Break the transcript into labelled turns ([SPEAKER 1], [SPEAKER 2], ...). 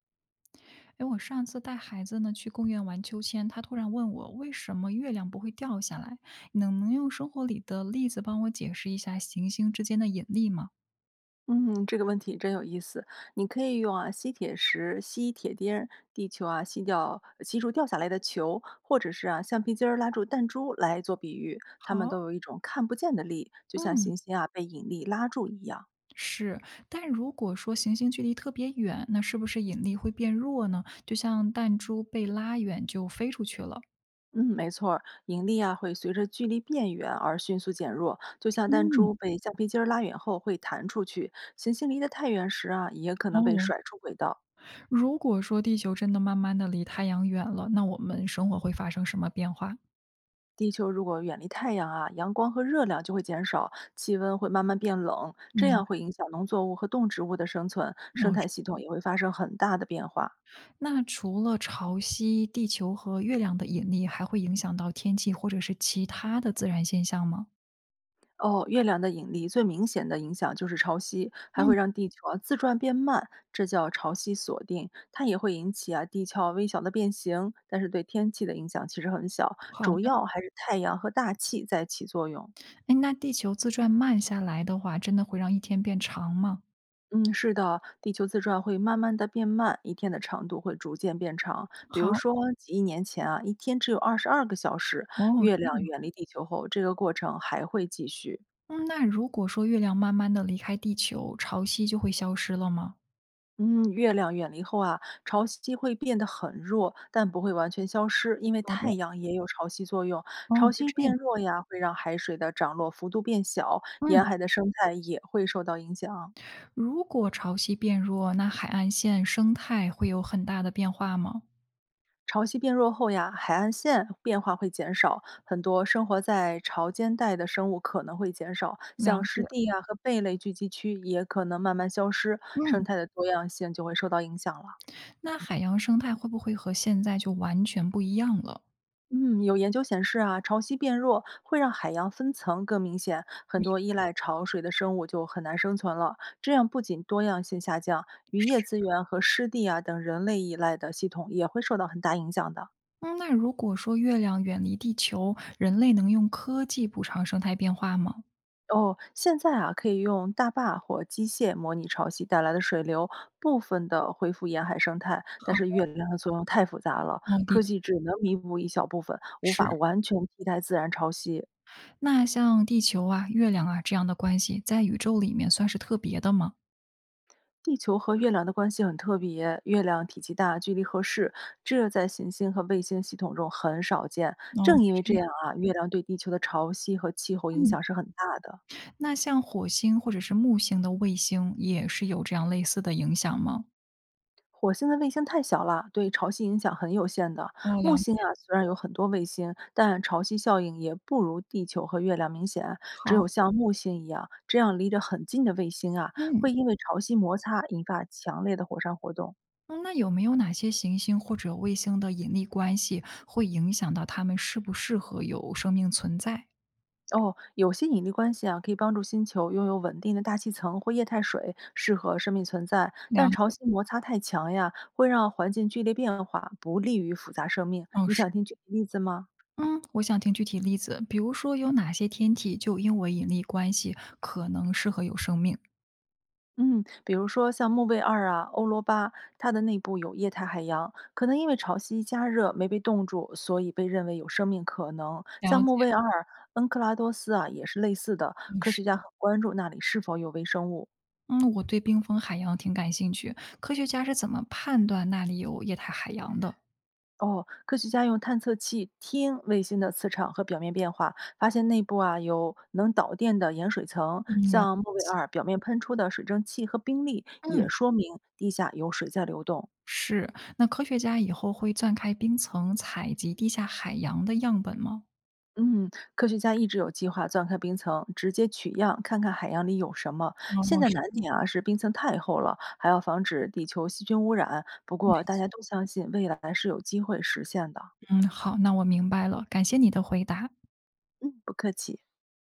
[SPEAKER 1] 哎，我上次带孩子呢去公园玩秋千，他突然问我为什么月亮不会掉下来，你能用生活里的例子帮我解释一下行星之间的引力吗？
[SPEAKER 2] 嗯，这个问题真有意思。你可以用啊吸铁石吸铁钉儿，地球啊吸掉吸住掉下来的球，或者是啊橡皮筋儿拉住弹珠来做比喻，它们
[SPEAKER 1] 好，
[SPEAKER 2] 都有一种看不见的力，就像
[SPEAKER 1] 嗯，
[SPEAKER 2] 行星啊被引力拉住一样。
[SPEAKER 1] 是。但如果说行星距离特别远，那是不是引力会变弱呢？就像弹珠被拉远就飞出去了。
[SPEAKER 2] 嗯，没错儿引力啊会随着距离变远而迅速减弱，就像弹
[SPEAKER 1] 嗯，
[SPEAKER 2] 珠被橡皮筋儿拉远后会弹出去，行星离得太远时啊也可能被
[SPEAKER 1] 哦，
[SPEAKER 2] 甩出轨道。
[SPEAKER 1] 如果说地球真的慢慢的离太阳远了，那我们生活会发生什么变化？
[SPEAKER 2] 地球如果远离太阳啊，阳光和热量就会减少，气温会慢慢变冷，这
[SPEAKER 1] 明
[SPEAKER 2] 样
[SPEAKER 1] 白。
[SPEAKER 2] 会影响农作物和动植物的生存，生
[SPEAKER 1] 哦，
[SPEAKER 2] 态系统也会发生很大的变化。
[SPEAKER 1] 那除了潮汐，地球和月亮的引力还会影响到天气或者是其他的自然现象吗？
[SPEAKER 2] 哦，月亮的引力最明显的影响就是潮汐，还
[SPEAKER 1] 嗯，
[SPEAKER 2] 会让地球啊自转变慢，这叫潮汐锁定。它也会引起啊地壳微小的变形，但是对天气的影响其实很小，
[SPEAKER 1] 好
[SPEAKER 2] 主
[SPEAKER 1] 的，
[SPEAKER 2] 要还是太阳和大气在起作用。
[SPEAKER 1] 哎，那地球自转慢下来的话，真的会让一天变长吗？
[SPEAKER 2] 嗯，是的，地球自转会慢慢的变慢，一天的长度会逐渐变长。比如
[SPEAKER 1] 好，
[SPEAKER 2] 说，几亿年前啊，一天只有22个小时。
[SPEAKER 1] 哦，
[SPEAKER 2] 月
[SPEAKER 1] 这样
[SPEAKER 2] 亮
[SPEAKER 1] 啊
[SPEAKER 2] 远离地球后，这个过程还会继续。
[SPEAKER 1] 嗯，那如果说月亮慢慢的离开地球，潮汐就会消失了吗？
[SPEAKER 2] 嗯，月亮远离后啊，潮汐会变得很弱，但不会完全消失，因为
[SPEAKER 1] 好
[SPEAKER 2] 太
[SPEAKER 1] 的，
[SPEAKER 2] 阳也有潮汐作用。
[SPEAKER 1] 哦，
[SPEAKER 2] 潮
[SPEAKER 1] 是
[SPEAKER 2] 汐
[SPEAKER 1] 这样，
[SPEAKER 2] 变弱呀，会让海水的涨落幅度变小，沿
[SPEAKER 1] 嗯，
[SPEAKER 2] 海的生态也会受到影响。
[SPEAKER 1] 如果潮汐变弱，那海岸线生态会有很大的变化吗？
[SPEAKER 2] 潮汐变弱后呀，海岸线变化会减少，很多生活在潮间带的生物可能会减少，
[SPEAKER 1] 了
[SPEAKER 2] 像湿
[SPEAKER 1] 解，
[SPEAKER 2] 地啊和贝类聚集区也可能慢慢消失，生
[SPEAKER 1] 嗯，
[SPEAKER 2] 态的多样性就会受到影响了。
[SPEAKER 1] 那海洋生态会不会和现在就完全不一样了？
[SPEAKER 2] 嗯，有研究显示啊，潮汐变弱会让海洋分层更明显，很多依赖潮水的生物就很难生存了。这样不仅多样性下降，渔业资源和湿地啊等人类依赖的系统也会受到很大影响的。
[SPEAKER 1] 嗯，那如果说月亮远离地球，人类能用科技补偿生态变化吗？
[SPEAKER 2] 哦，现在啊，可以用大坝或机械模拟潮汐带来的水流，部分的恢复沿海生态。但
[SPEAKER 1] 好，
[SPEAKER 2] 是月亮的作用太复杂了，
[SPEAKER 1] 哦，的
[SPEAKER 2] 科
[SPEAKER 1] 确
[SPEAKER 2] 技只能弥补一小部分，无法
[SPEAKER 1] 是。
[SPEAKER 2] 完全替代自然潮汐。
[SPEAKER 1] 那像地球啊、月亮啊这样的关系，在宇宙里面算是特别的吗？
[SPEAKER 2] 地球和月亮的关系很特别，月亮体积大，距离合适，这在行星和卫星系统中很少见。
[SPEAKER 1] 哦，
[SPEAKER 2] 正因为
[SPEAKER 1] 是
[SPEAKER 2] 这
[SPEAKER 1] 这样。
[SPEAKER 2] 样啊，月亮对地球的潮汐和气候影
[SPEAKER 1] 嗯，
[SPEAKER 2] 响是很大的。
[SPEAKER 1] 那像火星或者是木星的卫星，也是有这样类似的影响吗？
[SPEAKER 2] 火星的卫星太小了，对潮汐影响很有限的。
[SPEAKER 1] 哦，
[SPEAKER 2] 木
[SPEAKER 1] 了
[SPEAKER 2] 星
[SPEAKER 1] 解。
[SPEAKER 2] 啊，虽然有很多卫星，但潮汐效应也不如地球和月亮明显。只
[SPEAKER 1] 好，
[SPEAKER 2] 有像木星一样这样离得很近的卫星啊，会
[SPEAKER 1] 嗯
[SPEAKER 2] 因为潮汐摩擦引发强烈的火山活动。
[SPEAKER 1] 嗯那有没有哪些行星或者卫星的引力关系会影响到它们适不适合有生命存在？
[SPEAKER 2] 哦，有些引力关系啊，可以帮助星球拥有稳定的大气层或液态水，适合生命存在。但
[SPEAKER 1] 了
[SPEAKER 2] 潮
[SPEAKER 1] 解。
[SPEAKER 2] 汐摩擦太强呀，会让环境剧烈变化，不利于复杂生命。
[SPEAKER 1] 哦，
[SPEAKER 2] 你
[SPEAKER 1] 是。
[SPEAKER 2] 想听举体例子吗？
[SPEAKER 1] 嗯，我想听具体例子，比如说有哪些天体就因为引力关系可能适合有生命？
[SPEAKER 2] 嗯，比如说像木卫二啊、欧罗巴，它的内部有液态海洋，可能因为潮汐加热没被冻住，所以被认为有生命可能。像
[SPEAKER 1] 了
[SPEAKER 2] 木
[SPEAKER 1] 解，
[SPEAKER 2] 卫二、恩克拉多斯啊，也是类似的。
[SPEAKER 1] 嗯
[SPEAKER 2] 科
[SPEAKER 1] 是，
[SPEAKER 2] 学家很关注那里是否有微生物。
[SPEAKER 1] 嗯，我对冰封海洋挺感兴趣，科学家是怎么判断那里有液态海洋的？
[SPEAKER 2] 哦，科学家用探测器听卫星的磁场和表面变化，发现内部啊有能导电的盐水层。
[SPEAKER 1] 嗯，
[SPEAKER 2] 像木卫二表面喷出的水蒸气和冰粒，也
[SPEAKER 1] 嗯
[SPEAKER 2] 说明地下有水在流动。
[SPEAKER 1] 是，那科学家以后会钻开冰层采集地下海洋的样本吗？
[SPEAKER 2] 嗯，科学家一直有计划钻开冰层，直接取样，看看海洋里有什么。现
[SPEAKER 1] 哦，
[SPEAKER 2] 在
[SPEAKER 1] 是
[SPEAKER 2] 难点啊是冰层太厚了，还要防止地球细菌污染。不
[SPEAKER 1] 没
[SPEAKER 2] 过大家
[SPEAKER 1] 错。
[SPEAKER 2] 都相信未来是有机会实现的。
[SPEAKER 1] 嗯，好，那我明白了，感谢你的回答。
[SPEAKER 2] 嗯，不客气。